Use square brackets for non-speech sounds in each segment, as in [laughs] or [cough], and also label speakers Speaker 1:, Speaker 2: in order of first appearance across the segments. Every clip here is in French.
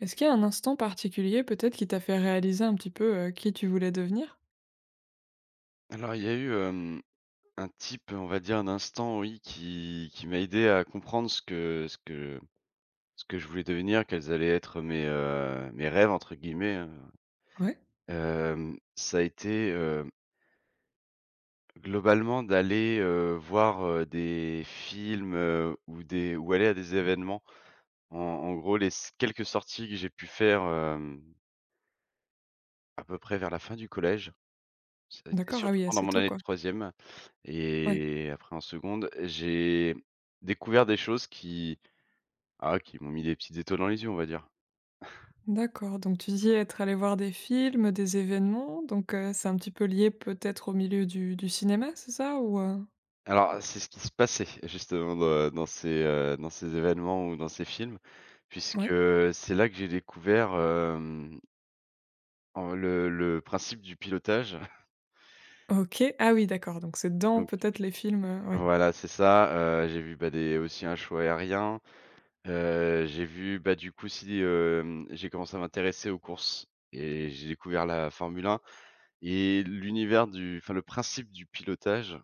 Speaker 1: Est-ce qu'il y a un instant particulier peut-être qui t'a fait réaliser un petit peu, qui tu voulais devenir?
Speaker 2: Alors, il y a eu, un type, on va dire, un instant, oui, qui m'a aidé à comprendre ce que je voulais devenir, quels allaient être mes, «mes rêves» entre guillemets, hein.
Speaker 1: Ouais,
Speaker 2: Ça a été, globalement d'aller, voir, des films, ou des ou aller à des événements. En gros, les s quelques sorties que j'ai pu faire, à peu près vers la fin du collège. Ça a été
Speaker 1: d'accord, ah
Speaker 2: surtout
Speaker 1: oui,
Speaker 2: pendant
Speaker 1: assez
Speaker 2: mon
Speaker 1: tôt,
Speaker 2: année de
Speaker 1: quoi.
Speaker 2: troisième
Speaker 1: Ouais,
Speaker 2: et après en seconde, j'ai découvert des choses qui m'ont mis des petites étoiles dans les yeux, on va dire.
Speaker 1: d'accord, donc tu dis être allé voir des films, des événements, donc c'est un petit peu lié peut-être au milieu du cinéma, c'est ça? Ou?
Speaker 2: Alors, c'est ce qui se passait [laughs] justement dans ces événements ou dans ces films, puisque
Speaker 1: Ouais,
Speaker 2: c'est là que j'ai découvert, en le principe du pilotage. [laughs]
Speaker 1: OK. Ah oui, d'accord, donc c'est dans
Speaker 2: Donc
Speaker 1: peut-être les films, ouais,
Speaker 2: voilà, c'est ça, j'ai vu, bah, des aussi un show aérien. J'ai vu, bah, du coup, si, j'ai commencé à m'intéresser aux courses et j'ai découvert la Formule 1 et l'univers du enfin, le principe du pilotage,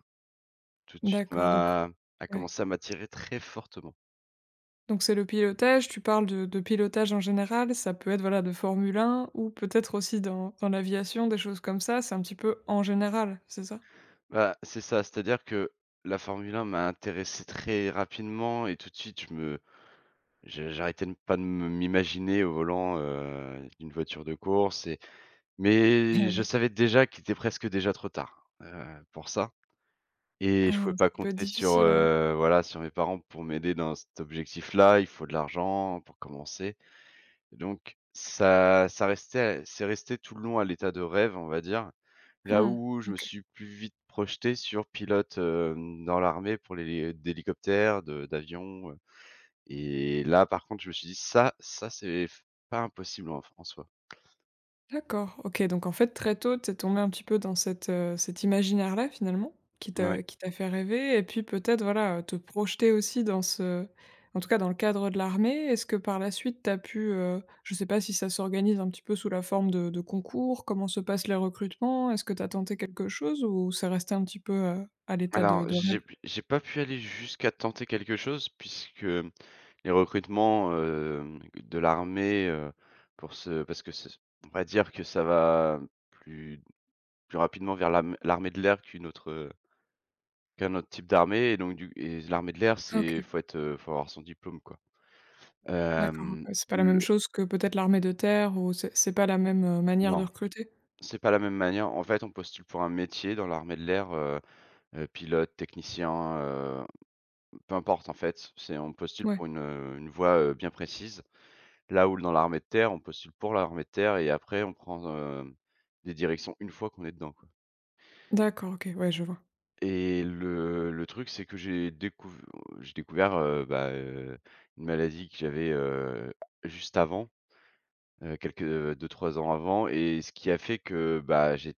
Speaker 2: tout de suite
Speaker 1: d'accord, donc
Speaker 2: m'a a
Speaker 1: ouais,
Speaker 2: commencé à m'attirer très fortement.
Speaker 1: donc c'est le pilotage, tu parles de pilotage en général, ça peut être, voilà, de Formule 1 ou peut-être aussi dans l'aviation, des choses comme ça, c'est un petit peu en général, c'est ça?
Speaker 2: Bah, c'est ça, c'est-à-dire que la Formule 1 m'a intéressé très rapidement et tout de suite, je me je j'arrêtais de pas de me m'imaginer au volant, d'une voiture de course et
Speaker 1: [laughs] Eh
Speaker 2: mais je
Speaker 1: ouais.
Speaker 2: savais déjà qu'il était presque déjà trop tard, pour ça. Et je
Speaker 1: Ah
Speaker 2: pouvais
Speaker 1: ouais, ça
Speaker 2: pas
Speaker 1: peut être
Speaker 2: compter
Speaker 1: difficile, ouais.
Speaker 2: voilà, sur mes parents pour m'aider dans cet objectif-là. Il faut de l'argent pour commencer. Donc ça ça restait c'est resté tout le long à l'état de rêve, on va dire. Là
Speaker 1: Mmh.
Speaker 2: où je me
Speaker 1: OK.
Speaker 2: suis plus vite projeté sur pilote, dans l'armée pour les d'hélicoptères, de d'avions, et là, par contre, je me suis dit: «Ça ça, c'est f pas impossible en soi».
Speaker 1: D'accord, OK, donc en fait, très tôt, t'es tombé un petit peu dans cette, cet imaginaire-là, finalement,
Speaker 2: Ouais.
Speaker 1: qui t'a fait rêver et puis peut-être, voilà, te projeter aussi dans ce en tout cas dans le cadre de l'armée. Est-ce que par la suite, t'as pu, je sais pas si ça s'organise un petit peu sous la forme de concours? Comment se passent les recrutements? Est-ce que t'as tenté quelque chose ou c'est resté un petit peu, à l'état de
Speaker 2: Alors,
Speaker 1: de rêve?
Speaker 2: j'ai pas pu aller jusqu'à tenter quelque chose puisque les recrutements, de l'armée, pour ce parce que c'est on va dire que ça va plus plus rapidement vers l'armée de l'air qu'un autre type d'armée et donc du et l'armée de l'air,
Speaker 1: Ah OK,
Speaker 2: faut avoir son diplôme, quoi.
Speaker 1: d'accord,
Speaker 2: Hem,
Speaker 1: ouais, c'est pas la
Speaker 2: le
Speaker 1: même chose que peut-être l'armée de terre ou c'est pas la même, manière de
Speaker 2: non,
Speaker 1: recruter?
Speaker 2: c'est pas la même manière. En fait, on postule pour un métier dans l'armée de l'air, pilote, technicien, euh, peu importe en fait, c'est on postule
Speaker 1: Ouais.
Speaker 2: pour une voie, bien précise. Là où dans l'armée de terre, on postule pour l'armée de terre et après on prend, des directions une fois qu'on est dedans, quoi.
Speaker 1: D'accord, OK, ouais, je vois.
Speaker 2: Et le truc, c'est que j'ai découvert, bah, une maladie que j'avais, juste avant, quelques deux trois ans avant et ce qui a fait que, bah, j'ai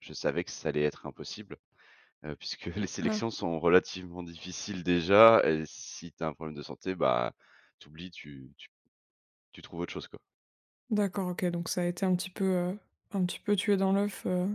Speaker 2: je savais que ça allait être impossible, puisque [laughs] les
Speaker 1: Mmh.
Speaker 2: sélections sont relativement difficiles déjà et si tu as un problème de santé, bah, t'oublies, tu oublies, tu Tu trouves autre chose, quoi?
Speaker 1: D'accord, OK, donc ça a été un petit peu tué dans l'œuf, heu,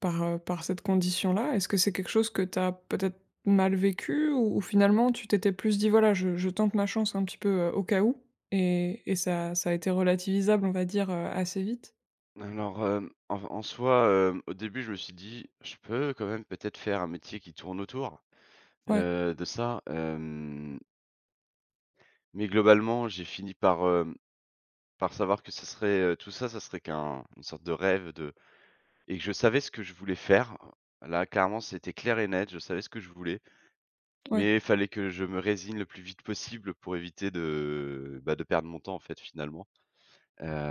Speaker 1: par, heu, par cette condition-là. Est-ce que c'est quelque chose que tu as peut-être mal vécu ou finalement tu t'étais plus dit: «Voilà, je tente ma chance un petit peu, au cas où» et ça a été relativisable, on va dire, assez vite?
Speaker 2: Alors, en soi, au début, je me suis dit: «Je peux quand même peut-être faire un métier qui tourne autour,
Speaker 1: Ouais,
Speaker 2: de ça», mais globalement, j'ai fini par savoir que ce serait, tout ça, ça serait qu'un une sorte de rêve de et que je savais ce que je voulais faire. Là, clairement, c'était clair et net, je savais ce que je voulais,
Speaker 1: ouais.
Speaker 2: mais il fallait que je me résigne le plus vite possible pour éviter de, bah, de perdre mon temps, en fait, finalement,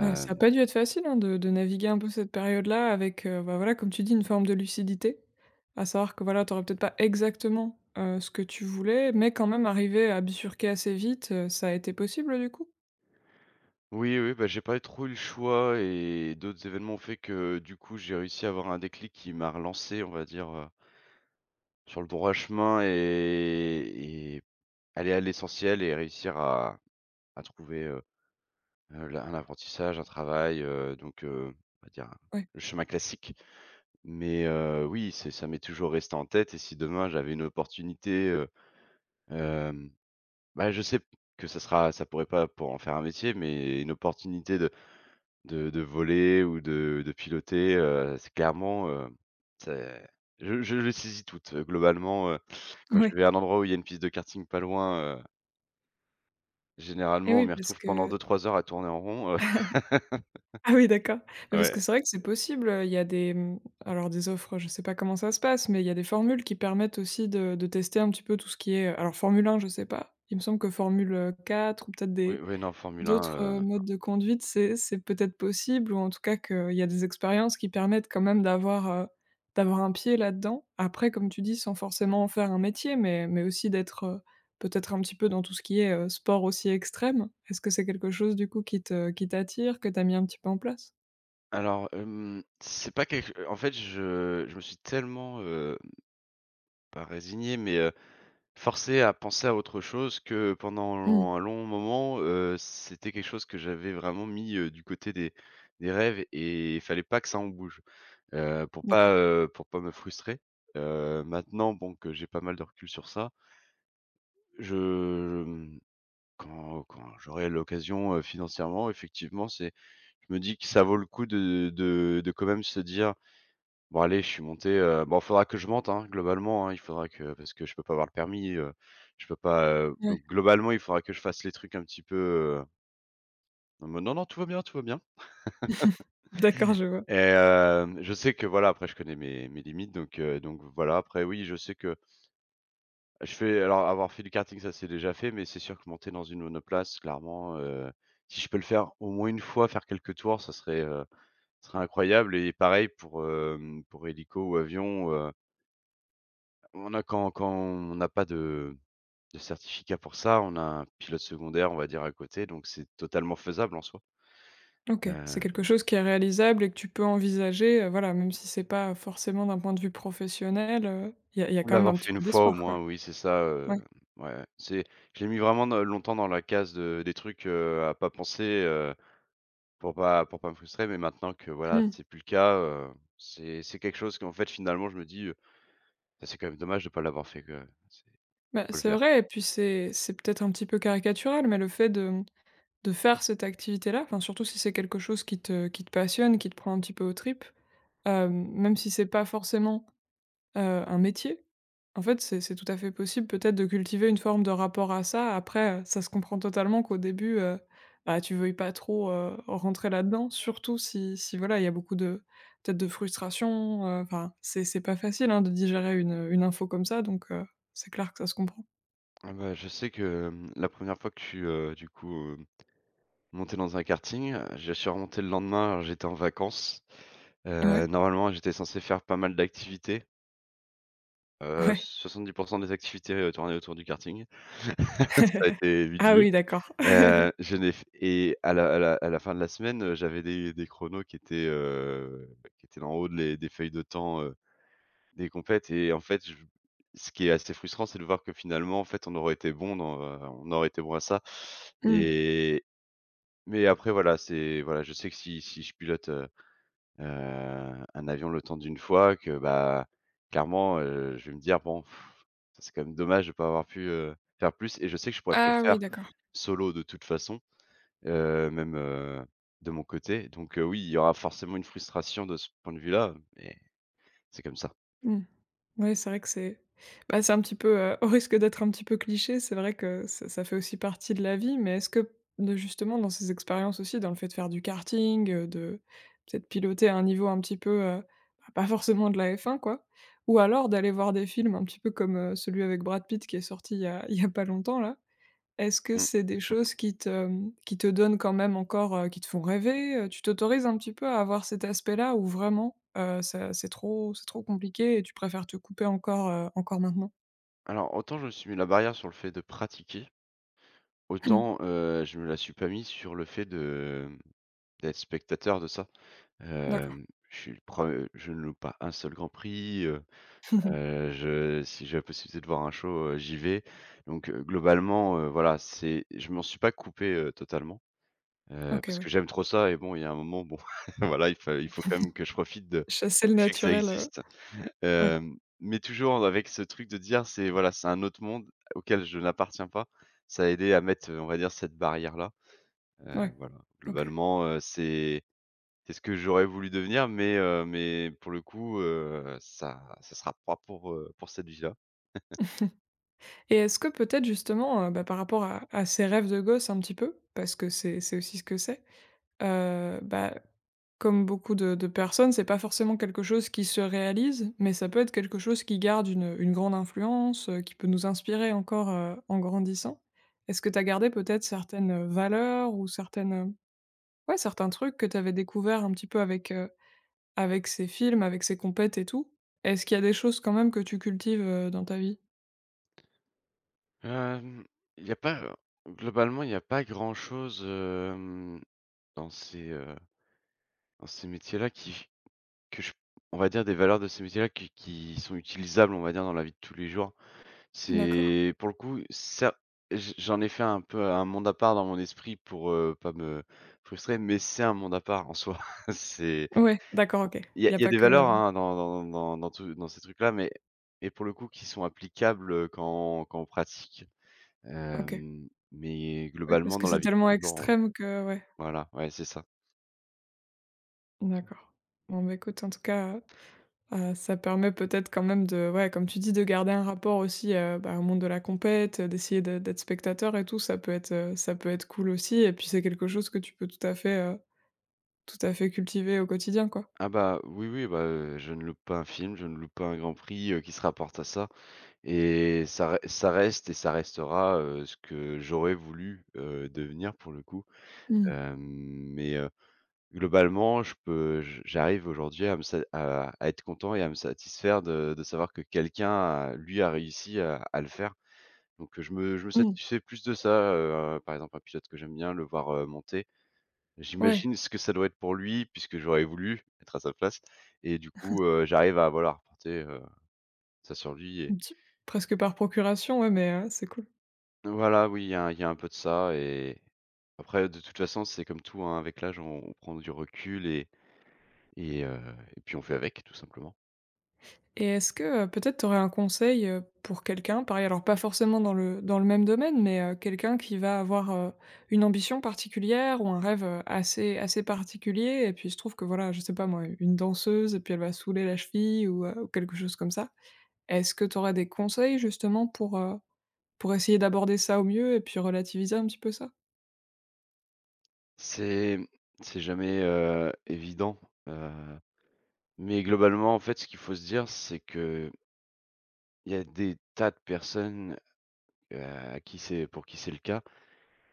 Speaker 1: Ouais, ça a pas dû être facile, hein, de naviguer un peu cette période-là avec, bah, voilà, comme tu dis, une forme de lucidité. À savoir que, voilà, tu peut-être pas exactement, ce que tu voulais, mais quand même arriver à bifurquer assez vite, ça a été possible, du coup?
Speaker 2: Oui, oui, bah, j'ai pas trop eu le choix et d'autres événements ont fait que, du coup, j'ai réussi à avoir un déclic qui m'a relancé, on va dire, sur le droit chemin et aller à l'essentiel et réussir à trouver, la un apprentissage, un travail, donc, on va dire,
Speaker 1: Ouais.
Speaker 2: le chemin classique. Mais oui, c'est ça m'est toujours resté en tête et si demain j'avais une opportunité, hem, bah, je sais que ça pourrait pas pour en faire un métier, mais une opportunité de voler ou de piloter, c'est clairement, c'est je les saisis toutes, globalement, quand je
Speaker 1: Ouais.
Speaker 2: vais à un endroit où il y a une piste de karting pas loin,
Speaker 1: Et
Speaker 2: généralement, on
Speaker 1: oui,
Speaker 2: m'y
Speaker 1: parce
Speaker 2: retrouve pendant
Speaker 1: que
Speaker 2: deux trois heures à tourner en rond. [laughs]
Speaker 1: [laughs] ah oui, d'accord. Mais parce
Speaker 2: Ouais,
Speaker 1: que c'est vrai que c'est possible, il y a des, alors des offres, je sais pas comment ça se passe, mais il y a des formules qui permettent aussi de tester un petit peu tout ce qui est, alors Formule 1 je sais pas. Il me semble que Formule 4 ou peut-être
Speaker 2: oui,
Speaker 1: des
Speaker 2: oui, non, Formule 1,
Speaker 1: d'autres, modes de conduite, c'est peut-être possible ou en tout cas qu'il y a des expériences qui permettent quand même d'avoir un pied là-dedans. Après, comme tu dis, sans forcément en faire un métier, mais aussi d'être, peut-être un petit peu dans tout ce qui est, sport aussi extrême. Est-ce que c'est quelque chose du coup qui t'attire, que tu as mis un petit peu en place?
Speaker 2: alors, c'est pas quelque en fait, je me suis tellement, pas résigné, mais forcé à penser à autre chose que pendant
Speaker 1: Mmh,
Speaker 2: un long moment, c'était quelque chose que j'avais vraiment mis, du côté des rêves et il fallait pas que ça en bouge, pour
Speaker 1: d'accord,
Speaker 2: pas, heu, pour pas me frustrer. Maintenant bon que j'ai pas mal de recul sur ça, je, hem, quand quand j'aurai l'occasion, financièrement effectivement, c'est je me dis que ça vaut le coup de quand même se dire: «Bon allez, je suis monté, bon faudra que je monte, hein, globalement, hein, il faudra que parce que je peux pas avoir le permis, je peux pas,
Speaker 1: ouais.
Speaker 2: donc globalement, il faudra que je fasse les trucs un petit peu, en mode: non, non, tout va bien, tout va bien».
Speaker 1: [laughs] D'accord, je vois.
Speaker 2: Et je sais que voilà, après je connais mes limites donc voilà. Après oui, je sais que je fais alors avoir fait du karting, ça c'est déjà fait, mais c'est sûr que monter dans une monoplace, clairement, si je peux le faire au moins une fois, faire quelques tours, ça serait incroyable et pareil pour, pour hélico ou avion, on a quand on n'a pas de certificat pour ça, on a un pilote secondaire, on va dire, à côté, donc c'est totalement faisable en soi.
Speaker 1: OK, c'est quelque
Speaker 2: Heu,
Speaker 1: chose qui est réalisable et que tu peux envisager, voilà, même si c'est pas forcément d'un point de vue professionnel, il y a
Speaker 2: Faut
Speaker 1: quand même un
Speaker 2: l'avoir
Speaker 1: petit
Speaker 2: fait une
Speaker 1: peu
Speaker 2: fois au
Speaker 1: d'espoir, quoi.
Speaker 2: moins, oui, c'est ça,
Speaker 1: Ouais.
Speaker 2: ouais, c'est je l'ai mis vraiment dans longtemps dans la case de des trucs, à pas penser, pour pas, pour pas me frustrer, mais maintenant que voilà,
Speaker 1: Mmh.
Speaker 2: c'est plus le cas, c'est quelque chose qu'en fait, finalement, je me dis: «Bah, c'est quand même dommage de pas l'avoir fait, que C'est
Speaker 1: Bah,
Speaker 2: faut le
Speaker 1: c'est
Speaker 2: faire.»
Speaker 1: vrai et puis c'est peut-être un petit peu caricatural, mais le fait de faire cette activité-là, enfin, surtout si c'est quelque chose qui te passionne, qui te prend un petit peu aux tripes, même si c'est pas forcément, heu, un métier, en fait, c'est tout à fait possible peut-être de cultiver une forme de rapport à ça. Après, ça se comprend totalement qu'au début, bah, tu veuilles pas trop, rentrer là-dedans, surtout si voilà, il y a beaucoup de peut-être de frustration, enfin, c'est pas facile, hein, de digérer une info comme ça donc c'est clair que ça se comprend.
Speaker 2: Ah bah, je sais que, la première fois que je suis, du coup, monté dans un karting, je suis remonté le lendemain, alors j'étais en vacances,
Speaker 1: Ouais.
Speaker 2: Normalement, j'étais censé faire pas mal d'activités,
Speaker 1: Ouais.
Speaker 2: 70 des activités, tournaient autour du karting. [laughs] Ça a été vite
Speaker 1: Ah
Speaker 2: vu.
Speaker 1: oui, d'accord. [laughs]
Speaker 2: Je n'ai f Et à la fin de la semaine, j'avais des chronos qui étaient en haut de les des feuilles de temps, des compètes et en fait, je ce qui est assez frustrant, c'est de voir que finalement, en fait, on aurait été bon dans, on aurait été bon à ça
Speaker 1: Mmh.
Speaker 2: et mais après voilà, c'est voilà, je sais que si je pilote, Heu, un avion le temps d'une fois que, bah, clairement, je vais me dire: «Bon, pff, ça c'est quand même dommage de pas avoir pu, faire plus» et je sais que je pourrais pas le
Speaker 1: Ah oui,
Speaker 2: faire
Speaker 1: d'accord.
Speaker 2: solo de toute façon, même, de mon côté. Donc, oui, il y aura forcément une frustration de ce point de vue-là, mais c'est comme ça.
Speaker 1: Mmh. Ouais, c'est vrai que c'est un petit peu, [laughs] au risque d'être un petit peu cliché, c'est vrai que ça fait aussi partie de la vie, mais est-ce que de justement dans ces expériences aussi, dans le fait de faire du karting, de peut-être piloter à un niveau un petit peu, bah, pas forcément de la F1 quoi, ou alors d'aller voir des films un petit peu comme, celui avec Brad Pitt qui est sorti il y a [laughs] il y a pas longtemps là. Est-ce que
Speaker 2: Mmh.
Speaker 1: c'est des choses qui te donnent quand même encore, qui te font rêver, Tu t'autorises un petit peu à avoir cet aspect-là ou vraiment, ça c'est trop compliqué et tu préfères te couper encore maintenant?
Speaker 2: Alors, autant je me suis mis la barrière sur le fait de pratiquer,
Speaker 1: Mmh.
Speaker 2: autant, je me la suis pas mise sur le fait d'être spectateur de ça.
Speaker 1: D'accord.
Speaker 2: Hem, je suis le pre Je ne loupe pas un seul grand prix,
Speaker 1: [laughs]
Speaker 2: je si j'ai la possibilité de voir un show, j'y vais. Donc, globalement, voilà, c'est je m'en suis pas coupé, totalement,
Speaker 1: OK,
Speaker 2: parce
Speaker 1: ouais.
Speaker 2: que j'aime trop ça et bon, il y a un moment, bon, [laughs] voilà, il faut quand même que je profite de
Speaker 1: Chasser le
Speaker 2: du fait que ça
Speaker 1: naturel,
Speaker 2: existe.
Speaker 1: ouais,
Speaker 2: Mais toujours avec ce truc de dire: «C'est Voilà, c'est un autre monde auquel je n'appartiens pas.» Ça a aidé à mettre, on va dire cette barrière-là.
Speaker 1: ouais,
Speaker 2: Voilà,
Speaker 1: OK.
Speaker 2: globalement, c'est ce que j'aurais voulu devenir, mais mais pour le coup, ça sera pas pour, pour cette vie-là.
Speaker 1: [laughs] Et est-ce que peut-être justement, bah, par rapport à ces rêves de gosse un petit peu, parce que c'est aussi ce que c'est. Bah, comme beaucoup de personnes, c'est pas forcément quelque chose qui se réalise, mais ça peut être quelque chose qui garde une grande influence, qui peut nous inspirer encore, en grandissant. Est-ce que tu as gardé peut-être certaines, valeurs ou ouais, certains trucs que tu avais découvert un petit peu avec ces films, avec ces compètes et tout? Est-ce qu'il y a des choses quand même que tu cultives, dans ta vie?
Speaker 2: Hem, il y a pas, globalement, il y a pas grand-chose, dans ces, heu, dans ces métiers-là qui que je on va dire des valeurs de ces métiers-là qui sont utilisables, on va dire, dans la vie de tous les jours.
Speaker 1: D'accord.
Speaker 2: C'est pour le coup, cer j j'en ai fait un peu un monde à part dans mon esprit pour, pas me frustrer, mais c'est un monde à part en soi. [laughs] C'est
Speaker 1: Ouais, d'accord, OK. Il y a
Speaker 2: il y a
Speaker 1: pas
Speaker 2: des
Speaker 1: que,
Speaker 2: valeurs, hein, dans ces trucs-là, mais pour le coup qui sont applicables, quand on pratique.
Speaker 1: OK.
Speaker 2: Mais
Speaker 1: Oui, parce
Speaker 2: globalement
Speaker 1: que
Speaker 2: dans la
Speaker 1: c'est
Speaker 2: vie de
Speaker 1: tellement
Speaker 2: tous les jours,
Speaker 1: extrême que ouais,
Speaker 2: voilà, ouais, c'est ça.
Speaker 1: d'accord. Bon, bah, écoute, en tout cas, ça permet peut-être quand même de ouais, comme tu dis, de garder un rapport aussi, bah, au monde de la compète, d'essayer de d'être spectateur et tout, ça peut être cool aussi et puis c'est quelque chose que tu peux tout à fait cultiver au quotidien, quoi.
Speaker 2: Ah bah, oui, oui, bah, je ne loupe pas un film, je ne loupe pas un grand prix, qui se rapporte à ça. Et ça reste et ça restera, ce que j'aurais voulu, devenir pour le coup.
Speaker 1: Mmh.
Speaker 2: Hem, mais, globalement, je peux j j'arrive aujourd'hui à être content et à me satisfaire de savoir que quelqu'un a lui, a réussi à le faire. Donc, je me
Speaker 1: Mmh.
Speaker 2: satisfais plus de ça, par exemple un pilote que j'aime bien, le voir, monter.
Speaker 1: Ouais,
Speaker 2: J'imagine ce que ça doit être pour lui puisque j'aurais voulu être à sa place et du coup, j'arrive à voilà, reporter, ça sur lui.
Speaker 1: un petit presque par procuration, ouais, mais c'est cool.
Speaker 2: Voilà, oui, il y a un peu de ça et après, de toute façon, c'est comme tout, hein, avec l'âge, on prend du recul et et heu et puis on fait avec, tout simplement.
Speaker 1: Et est-ce que, peut-être tu aurais un conseil, pour quelqu'un, pareil, alors pas forcément dans le même domaine, mais quelqu'un qui va avoir, une ambition particulière ou un rêve, assez particulier et puis il se trouve que voilà, je sais pas moi, une danseuse et puis elle va souler la cheville ou quelque chose comme ça. Est-ce que tu aurais des conseils justement pour essayer d'aborder ça au mieux et puis relativiser un petit peu ça?
Speaker 2: C'est c'est jamais, évident, heu, mais globalement, en fait, ce qu'il faut se dire, c'est que il y a des tas de personnes, à qui c'est pour qui c'est le cas.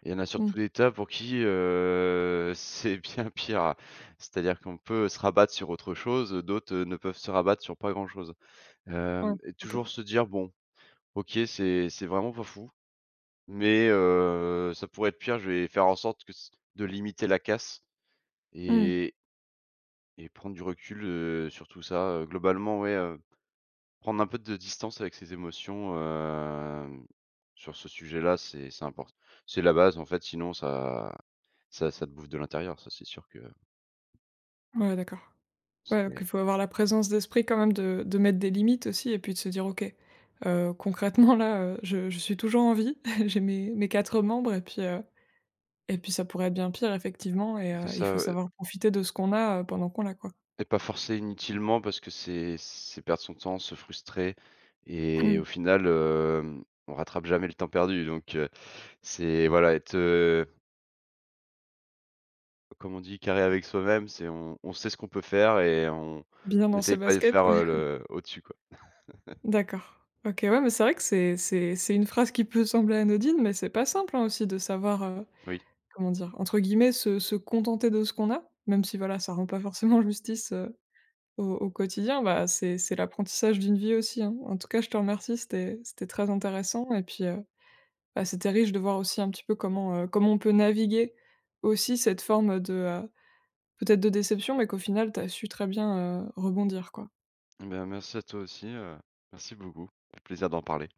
Speaker 2: Il y en a
Speaker 1: Mmh.
Speaker 2: surtout des tas pour qui, [laughs] c'est bien pire. C'est-à-dire qu'on peut se rabattre sur autre chose, d'autres, ne peuvent se rabattre sur pas grand-chose.
Speaker 1: Ouais,
Speaker 2: Hem et
Speaker 1: OK.
Speaker 2: toujours se dire: «Bon, OK, c'est vraiment pas fou, mais ça pourrait être pire. Je vais faire en sorte que c de limiter la casse
Speaker 1: Mmh.
Speaker 2: et prendre du recul, sur tout ça, globalement, ouais, prendre un peu de distance avec ses émotions, sur ce sujet-là, c'est important.» C'est la base, en fait, sinon ça te bouffe de l'intérieur, ça, c'est sûr que
Speaker 1: Ouais, d'accord. Ouais, donc il
Speaker 2: c'est
Speaker 1: faut avoir la présence d'esprit quand même de mettre des limites aussi et puis de se dire: «OK, concrètement là, je suis toujours en vie, [laughs] j'ai mes 4 membres et puis, ça pourrait être bien pire effectivement et
Speaker 2: c'est
Speaker 1: il faut
Speaker 2: ça, ouais.
Speaker 1: savoir profiter de ce qu'on a, pendant qu'on l'a quoi».
Speaker 2: Et pas forcer inutilement parce que c'est perdre son temps, se frustrer et
Speaker 1: Mmh.
Speaker 2: au final, on rattrape jamais le temps perdu donc c'est voilà être, comme on dit carré avec soi-même, c'est on sait ce qu'on peut faire et on
Speaker 1: Bien
Speaker 2: on
Speaker 1: dans ses
Speaker 2: essaye pas de
Speaker 1: baskets, [laughs]
Speaker 2: faire,
Speaker 1: ouais.
Speaker 2: le au-dessus quoi.
Speaker 1: D'accord. OK, ouais, mais c'est vrai que c'est une phrase qui peut sembler anodine, mais c'est pas simple, hein, aussi de savoir,
Speaker 2: Oui.
Speaker 1: comment dire? Entre guillemets «se contenter de ce qu'on a», même si voilà, ça rend pas forcément justice, au quotidien, bah, c'est l'apprentissage d'une vie aussi, hein. En tout cas, je te remercie, c'était très intéressant et puis, bah, c'était riche de voir aussi un petit peu comment on peut naviguer aussi cette forme de, peut-être de déception, mais qu'au final, tu as su très bien, rebondir, quoi.
Speaker 2: Ben merci à toi aussi, merci beaucoup. Plaisir d'en parler.